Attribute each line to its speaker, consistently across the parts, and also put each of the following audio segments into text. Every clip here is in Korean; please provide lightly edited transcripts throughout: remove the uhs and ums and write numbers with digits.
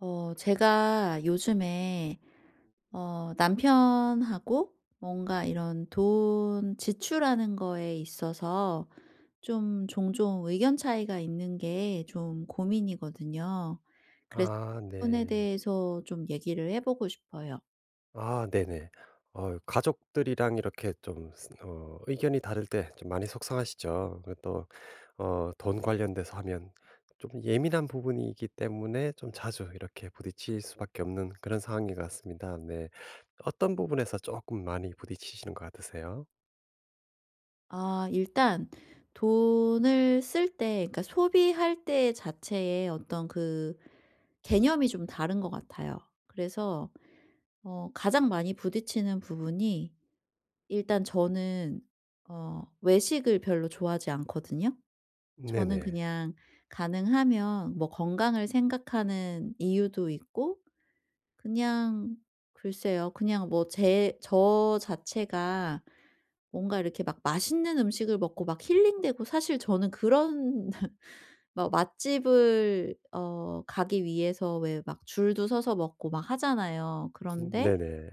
Speaker 1: 제가 요즘에 남편하고 뭔가 이런 돈 지출하는 거에 있어서 좀 종종 의견 차이가 있는 게 좀 고민이거든요. 그래서
Speaker 2: 아,
Speaker 1: 이 부분에
Speaker 2: 네.
Speaker 1: 대해서 좀 얘기를 해 보고 싶어요.
Speaker 2: 아, 네네. 어, 가족들이랑 이렇게 좀 스 어 의견이 다를 때 좀 많이 속상하시죠. 그 또 어, 돈 관련돼서 하면 좀 예민한 부분이기 때문에 좀 자주 이렇게 부딪힐 수밖에 없는 그런 상황인 것 같습니다. 네. 어떤 부분에서 조금 많이 부딪히시는 것 같으세요?
Speaker 1: 아, 일단 돈을 쓸 때, 그러니까 소비할 때 자체에 어떤 그 개념이 좀 다른 것 같아요. 그래서 가장 많이 부딪히는 부분이, 일단 저는 외식을 별로 좋아하지 않거든요. 저는
Speaker 2: 네네.
Speaker 1: 그냥 가능하면 뭐 건강을 생각하는 이유도 있고, 그냥 글쎄요. 그냥 뭐 제 저 자체가 뭔가 이렇게 막 맛있는 음식을 먹고 막 힐링되고, 사실 저는 그런 막 맛집을 가기 위해서 왜 막 줄도 서서 먹고 막 하잖아요.
Speaker 2: 음,
Speaker 1: 그런데
Speaker 2: 네네.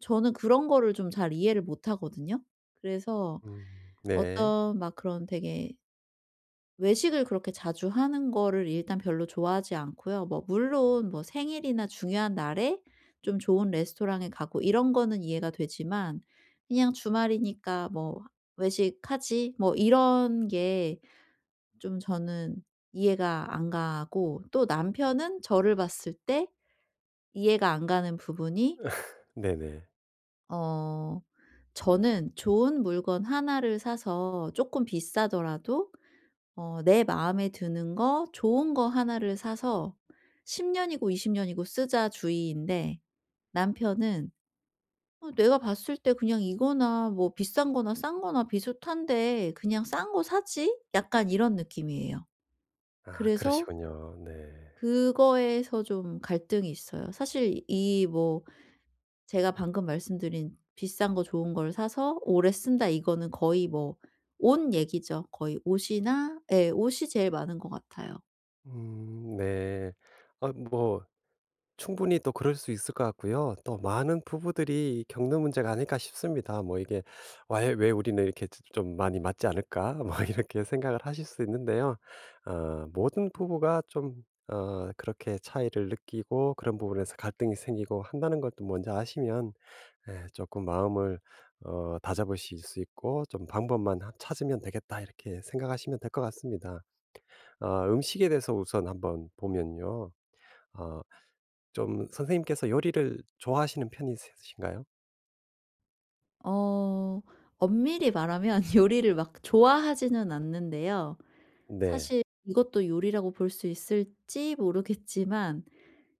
Speaker 1: 저는 그런 거를 좀 잘 이해를 못 하거든요. 그래서
Speaker 2: 음, 네.
Speaker 1: 어떤 막 그런 되게 외식을 그렇게 자주 하는 거를 일단 별로 좋아하지 않고요. 뭐 물론 뭐 생일이나 중요한 날에 좀 좋은 레스토랑에 가고 이런 거는 이해가 되지만, 그냥 '주말이니까 뭐 외식하지.' 뭐 이런 게 좀 저는 이해가 안 가고, 또 남편은 저를 봤을 때 이해가 안 가는 부분이,
Speaker 2: 네네.
Speaker 1: 어 저는 좋은 물건 하나를 사서 조금 비싸더라도 내 마음에 드는 거, 좋은 거 하나를 사서 10년이고 20년이고 쓰자 주의인데, 남편은 "어 내가 봤을 때 그냥 이거나 뭐 비싼 거나 싼 거나 비슷한데 그냥 싼 거 사지?" 약간 이런 느낌이에요.
Speaker 2: 아,
Speaker 1: 그래서
Speaker 2: 그러시군요. 네.
Speaker 1: 그거에서 좀 갈등이 있어요. 사실 이 뭐, 제가 방금 말씀드린 비싼 거 좋은 걸 사서 오래 쓴다 이거는 거의 뭐 옷 얘기죠. 거의 옷이나, 예, 옷이 제일 많은 것 같아요.
Speaker 2: 음, 네. 아뭐 충분히 또 그럴 수 있을 것 같고요. 또 많은 부부들이 겪는 문제가 아닐까 싶습니다. 뭐 이게 '왜 우리는 이렇게 좀 많이 맞지 않을까?' 뭐 이렇게 생각을 하실 수 있는데요. 어, 모든 부부가 좀 어, 그렇게 차이를 느끼고 그런 부분에서 갈등이 생기고 한다는 것도 먼저 아시면 예금 마음을 어, 다잡으실 수 있고 좀 '방법만 하 찾으면 되겠다.' 이렇게 생각하시면 될 것 같습니다. 아, 음식에 대해서 우선 한번 보면요. 어, 좀 선생님께서 요리를 좋아하시는 편이으신가요?
Speaker 1: 어 엄밀히 말하면 요리를 막 좋아하지는 않는데요.
Speaker 2: 네.
Speaker 1: 사실 이것도 요리라고 볼 수 있을지 모르겠지만,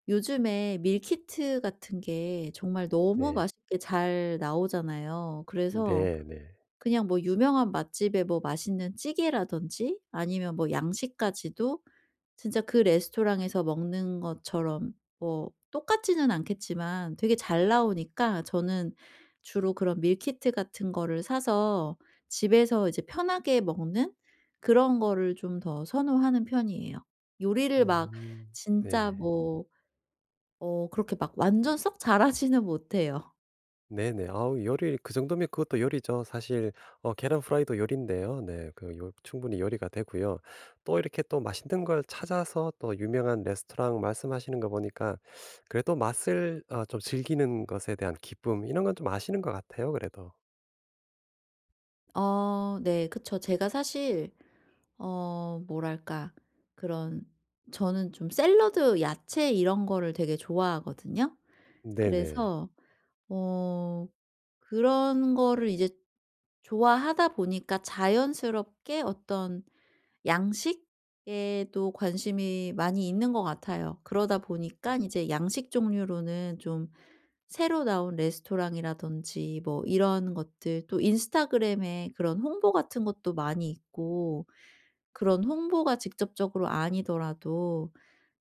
Speaker 1: 요즘에 밀키트 같은 게 정말 너무
Speaker 2: 네.
Speaker 1: 맛있게 잘 나오잖아요. 그래서
Speaker 2: 네네.
Speaker 1: 그냥 뭐 유명한 맛집에 뭐 맛있는 찌개라든지, 아니면 뭐 양식까지도 진짜 그 레스토랑에서 먹는 것처럼, 뭐 똑같지는 않겠지만, 되게 잘 나오니까 저는 주로 그런 밀키트 같은 거를 사서 집에서 이제 편하게 먹는 그런 거를 좀 더 선호하는 편이에요. 요리를 막,
Speaker 2: 음.
Speaker 1: 진짜
Speaker 2: 네.
Speaker 1: 뭐, 그렇게 막 완전 썩 잘하지는 못해요.
Speaker 2: 네네. 아우, 요리 그 정도면 그것도 요리죠. 사실 어, 계란 프라이도 요리인데요. 네. 그 요, 충분히 요리가 되고요. 또 이렇게 또 맛있는 걸 찾아서 또 유명한 레스토랑 말씀하시는 거 보니까 그래도 맛을 어, 좀 즐기는 것에 대한 기쁨 이런 건 좀 아시는 것 같아요, 그래도.
Speaker 1: 네, 그쵸. 제가 사실 뭐랄까, 그런, 저는 좀 샐러드 야채 이런 거를 되게 좋아하거든요.
Speaker 2: 네네.
Speaker 1: 그래서 어 그런 거를 이제 좋아하다 보니까 자연스럽게 어떤 양식에도 관심이 많이 있는 것 같아요. 그러다 보니까 이제 양식 종류로는 좀 새로 나온 레스토랑이라든지 뭐 이런 것들, 또 인스타그램에 그런 홍보 같은 것도 많이 있고, 그런 홍보가 직접적으로 아니더라도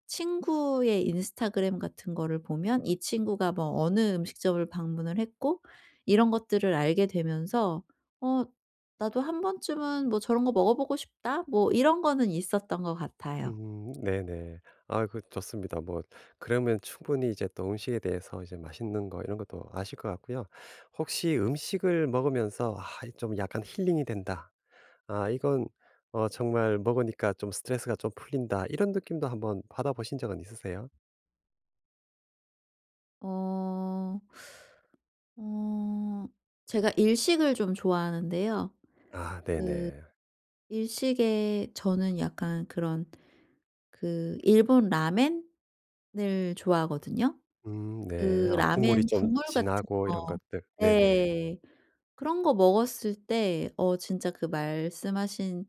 Speaker 1: 친구의 인스타그램 같은 거를 보면 이 친구가 뭐 어느 음식점을 방문을 했고 이런 것들을 알게 되면서 '어 나도 한 번쯤은 뭐 저런 거 먹어보고 싶다.' 뭐 이런 거는 있었던 것 같아요.
Speaker 2: 음, 네네. 아 그, 좋습니다. 뭐 그러면 충분히 이제 또 음식에 대해서 이제 맛있는 거 이런 것도 아실 것 같고요. 혹시 음식을 먹으면서 '아 좀 약간 힐링이 된다. 아 이건 어, 정말 먹으니까 좀 스트레스가 좀 풀린다.' 이런 느낌도 한번 받아보신 적은 있으세요?
Speaker 1: 어. 어 제가 일식을 좀 좋아하는데요.
Speaker 2: 아, 네네.
Speaker 1: 일식에 저는 약간 그런 그 일본 라멘을 좋아하거든요.
Speaker 2: 음, 네.
Speaker 1: 그
Speaker 2: 아, 국물이
Speaker 1: 라멘
Speaker 2: 좀
Speaker 1: 국물 같은
Speaker 2: 진하고
Speaker 1: 거.
Speaker 2: 이런 것들. 네네.
Speaker 1: 네. 그런 거 먹었을 때 진짜 그 말씀하신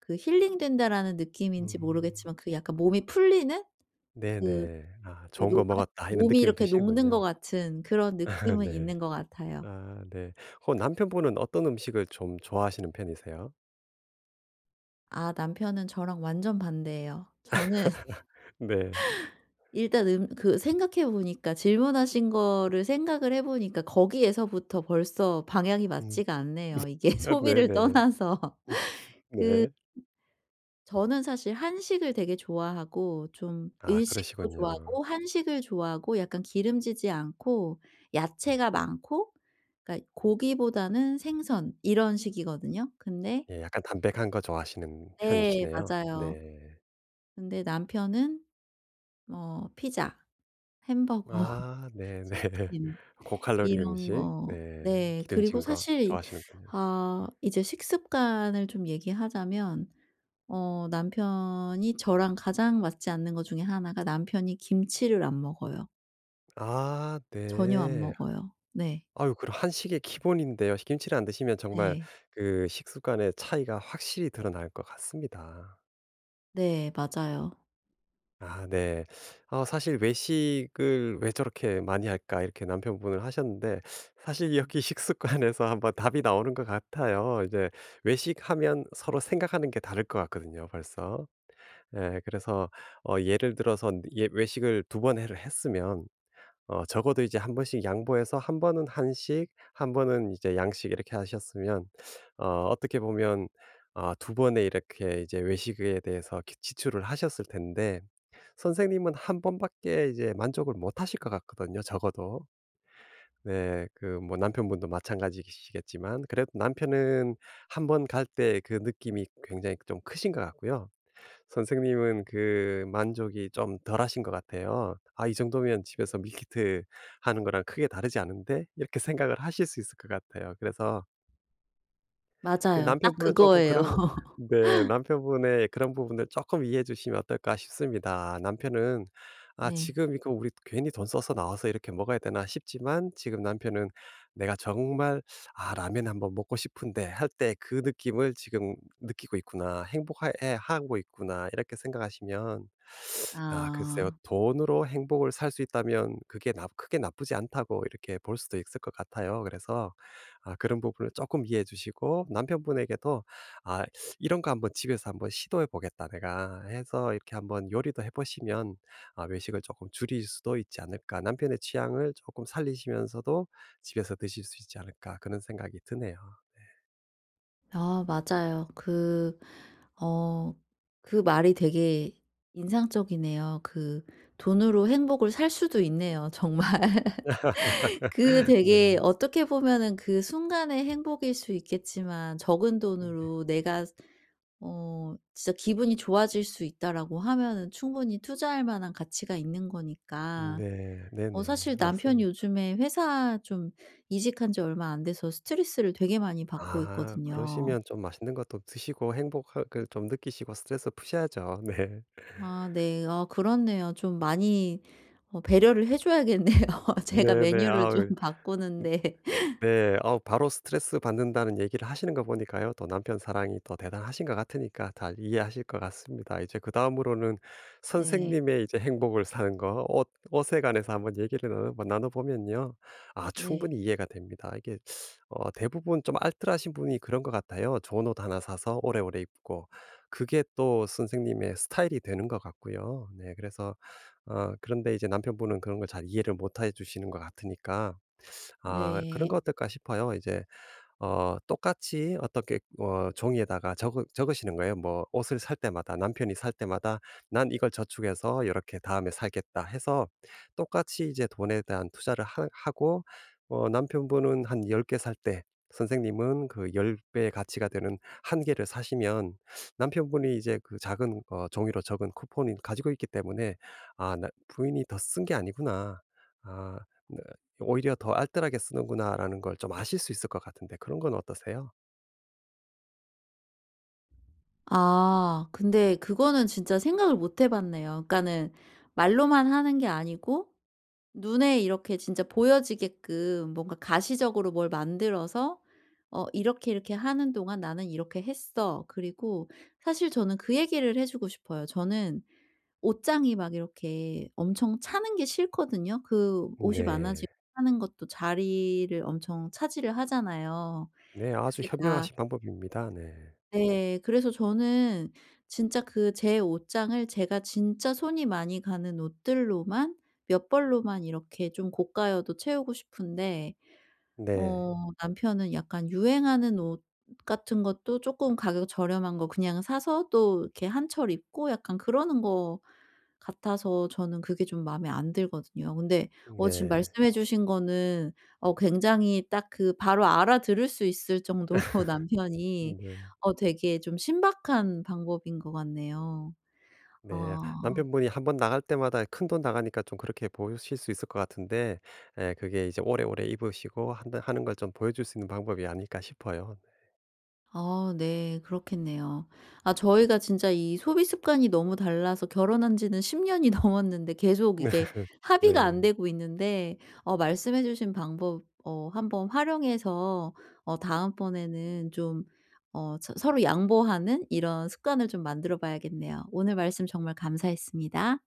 Speaker 1: 그 '힐링된다.'라는 느낌인지
Speaker 2: 음.
Speaker 1: 모르겠지만 그 약간 몸이 풀리는, 그
Speaker 2: 네네. '아
Speaker 1: 그
Speaker 2: 좋은 거
Speaker 1: 녹아,
Speaker 2: 먹었다.' 이런
Speaker 1: 몸이
Speaker 2: 느낌이
Speaker 1: 이렇게 녹는 것
Speaker 2: 드시는군요.
Speaker 1: 같은 그런 느낌은
Speaker 2: 네.
Speaker 1: 있는 것 같아요.
Speaker 2: 아, 네. 어, 남편분은 어떤 음식을 좀 좋아하시는 편이세요?
Speaker 1: 아, 남편은 저랑 완전 반대예요. 저는
Speaker 2: 네.
Speaker 1: 일단 생각해 보니까, 질문하신 거를 생각을 해 보니까, 거기에서부터 벌써 방향이
Speaker 2: 음.
Speaker 1: 맞지가 않네요. 이게
Speaker 2: 아,
Speaker 1: 소비를
Speaker 2: 네네.
Speaker 1: 떠나서 그
Speaker 2: 네.
Speaker 1: 저는 사실 한식을 되게 좋아하고, 좀
Speaker 2: 아,
Speaker 1: 일식도
Speaker 2: 그러시군요.
Speaker 1: 좋아하고, 한식을 좋아하고, 약간 기름지지 않고 야채가 많고, 그러니까 고기보다는 생선 이런 식이거든요. 근데,
Speaker 2: 예, 약간 담백한 거 좋아하시는
Speaker 1: 네,
Speaker 2: 편이시네요.
Speaker 1: 맞아요.
Speaker 2: 네.
Speaker 1: 근데 남편은 뭐 피자, 햄버거,
Speaker 2: 아, 네네.
Speaker 1: 치킨
Speaker 2: 고칼로리
Speaker 1: 이런
Speaker 2: 음식,
Speaker 1: 거.
Speaker 2: 네,
Speaker 1: 네. 그리고
Speaker 2: 기름진 거
Speaker 1: 사실
Speaker 2: 좋아하시는군요.
Speaker 1: 아, 이제 식습관을 좀 얘기하자면 남편이 저랑 가장 맞지 않는 것 중에 하나가 남편이 김치를 안 먹어요.
Speaker 2: 아,
Speaker 1: 전혀 안
Speaker 2: 네.
Speaker 1: 먹어요. 네.
Speaker 2: 아유, 그럼 한식의 기본인데요. 김치를 안 드시면 정말
Speaker 1: 네.
Speaker 2: 그 식습관의 차이가 확실히 드러날 것 같습니다.
Speaker 1: 네. 맞아요.
Speaker 2: 아, 네. 아 사실 '외식을 왜 저렇게 많이 할까?' 이렇게 남편분을 하셨는데 사실 여기 식습관에서 한번 답이 나오는 것 같아요. 이제 외식하면 서로 생각하는 게 다를 것 같거든요, 벌써. 예, 그래서 어, 예를 들어서 예 외식을 두 번 해를 했으면 어, 적어도 이제 한 번씩 양보해서 한 번은 한식, 한 번은 이제 양식 이렇게 하셨으면 어, 어떻게 보면 어, 두 번의 이렇게 이제 외식에 대해서 기 지출을 하셨을 텐데 선생님은 한 번밖에 이제 만족을 못 하실 것 같거든요, 적어도. 네. 그 뭐 남편분도 마찬가지시겠지만 그래도 남편은 한 번 갈 때 그 느낌이 굉장히 좀 크신 것 같고요. 선생님은 그 만족이 좀 덜하신 것 같아요. '아 이 정도면 집에서 밀키트 하는 거랑 크게 다르지 않은데?' 이렇게 생각을 하실 수 있을 것 같아요. 그래서 그
Speaker 1: 맞아요. 딱
Speaker 2: 남편분은 쪼끔
Speaker 1: 그거예요.
Speaker 2: 그런 거, 네, 남편분의 그런 부분을 쪼끔 이해해 주시면 어떨까 싶습니다. 남편은 '아
Speaker 1: 네.
Speaker 2: 지금 이거 우리 괜히 돈 써서 나와서 이렇게 먹어야 되나?' 싶지만 지금 남편은 '내가 정말 아 라면 한번 먹고 싶은데.' 할 때 그 느낌을 지금 느끼고 있구나. 행복해 하고 있구나. 이렇게 생각하시면 아 글쎄요,
Speaker 1: 아.
Speaker 2: 돈으로 행복을 살 수 있다면 그게 나 크게 나쁘지 않다고 이렇게 볼 수도 있을 것 같아요. 그래서 아, 그런 부분을 조금 이해해 주시고 남편분에게도 '아 이런 거 한번 집에서 한번 시도해 보겠다 내가.' 해서 이렇게 한번 요리도 해 보시면 아 외식을 조금 줄일 수도 있지 않을까. '남편의 취향을 조금 살리시면서도 집에서 드실 수 있지 않을까.' 그런 생각이 드네요.
Speaker 1: 아, 맞아요. 어 그 말이 되게 인상적이네요. 그 돈으로 행복을 살 수도 있네요, 정말. 되게
Speaker 2: 네.
Speaker 1: 어떻게 보면은 그 순간의 행복일 수 있겠지만, 적은
Speaker 2: 네.
Speaker 1: 돈으로 내가 진짜 '기분이 좋아질 수 있다.'라고 하면은 충분히 투자할 만한 가치가 있는 거니까.
Speaker 2: 네. 네네.
Speaker 1: 사실 남편이
Speaker 2: 맞습니다.
Speaker 1: 요즘에 회사 좀 이직한 지 얼마 안 돼서 스트레스를 되게 많이 받고
Speaker 2: 아,
Speaker 1: 있거든요.
Speaker 2: 그러시면 좀 맛있는 것도 드시고 행복을 좀 느끼시고 스트레스 푸셔야죠. 네.
Speaker 1: 아, 네. 아, 그렇네요. 좀 많이 배려를 해 줘야겠네요. 제가
Speaker 2: 네네.
Speaker 1: 메뉴를 좀
Speaker 2: 아우.
Speaker 1: 바꾸는데.
Speaker 2: 네. 아, 바로 스트레스 받는다는 얘기를 하시는 거 보니까요. 또 남편 사랑이 더 대단하신 것 같으니까 잘 이해하실 것 같습니다. 이제 그다음으로는
Speaker 1: 네.
Speaker 2: 선생님의 이제 행복을 사는 거 옷, 옷에 관해서 한번 얘기를 나눠 보면요. 아,
Speaker 1: 네.
Speaker 2: 충분히 이해가 됩니다. 이게 어, 대부분 좀 알뜰하신 분이 그런 것 같아요. 좋은 옷 하나 사서 오래오래 입고 그게 또 선생님의 스타일이 되는 것 같고요. 네. 그래서 어, 그런데 이제 남편분은 그런 걸 잘 이해를 못 해 주시는 것 같으니까 아 그런 거
Speaker 1: 네.
Speaker 2: 어떨까 싶어요. 이제 어, 똑같이 어떻게 어, 종이에다가 적으시는 거예요. 뭐 옷을 살 때마다 남편이 살 때마다 '난 이걸 저축해서 이렇게 다음에 살겠다.' 해서 똑같이 이제 돈에 대한 투자를 하 하고 어, 남편분은 한 10개 살 때 선생님은 그 10배 배의 가치가 되는 1개 개를 사시면 남편분이 이제 그 작은 어, 종이로 적은 쿠폰을 가지고 있기 때문에 '아 나 부인이 더 쓴 게 아니구나.' 아. 오히려 더 알뜰하게 쓰는구나라는 걸 좀 아실 수 있을 것 같은데, 그런 건 어떠세요?
Speaker 1: 아 근데 그거는 진짜 생각을 못해 봤네요. 그러니까는 말로만 하는 게 아니고 눈에 이렇게 진짜 보여지게끔 뭔가 가시적으로 뭘 만들어서 "어 이렇게, 이렇게 하는 동안 나는 이렇게 했어." 그리고 사실 저는 그 얘기를 해 주고 싶어요. 저는 옷장이 막 이렇게 엄청 차는 게 싫거든요. 그 옷이
Speaker 2: 네.
Speaker 1: 많아지고 하는 것도 자리를 엄청 차지를 하잖아요.
Speaker 2: 네. 아주
Speaker 1: 그게 다.
Speaker 2: 현명하신 방법입니다. 네.
Speaker 1: 네. 그래서 저는 진짜 그 제 옷장을 제가 진짜 손이 많이 가는 옷들로만, 몇 벌로만 이렇게 좀 고가여도 채우고 싶은데,
Speaker 2: 네.
Speaker 1: 어 남편은 약간 유행하는 옷 같은 것도 쪼끔 가격 저렴한 거 그냥 사서 또 이렇게 한철 입고 약간 그러는 거 같아서 저는 그게 좀 마음에 안 들거든요. 근데 지금
Speaker 2: 네.
Speaker 1: 말씀해 주신 거는 굉장히 딱 바로 알아들을 수 있을 정도로 남편이
Speaker 2: 네.
Speaker 1: 되게 좀 신박한 방법인 것 같네요.
Speaker 2: 네.
Speaker 1: 아.
Speaker 2: 남편분이 한번 나갈 때마다 큰돈 나가니까 좀 그렇게 보실 수 있을 것 같은데 예, 그게 이제 오래오래 입으시고 한다 하는 걸 좀 보여줄 수 있는 방법이 아닐까 싶어요.
Speaker 1: 아, 네. 그렇겠네요. 아, 저희가 진짜 이 소비 습관이 너무 달라서 결혼한 지는 10년이 넘었는데 계속 이게 합의가 안
Speaker 2: 네.
Speaker 1: 되고 있는데, 말씀해 주신 방법 한번 활용해서 다음번에는 좀 서로 양보하는 이런 습관을 좀 만들어 봐야겠네요. 오늘 말씀 정말 감사했습니다.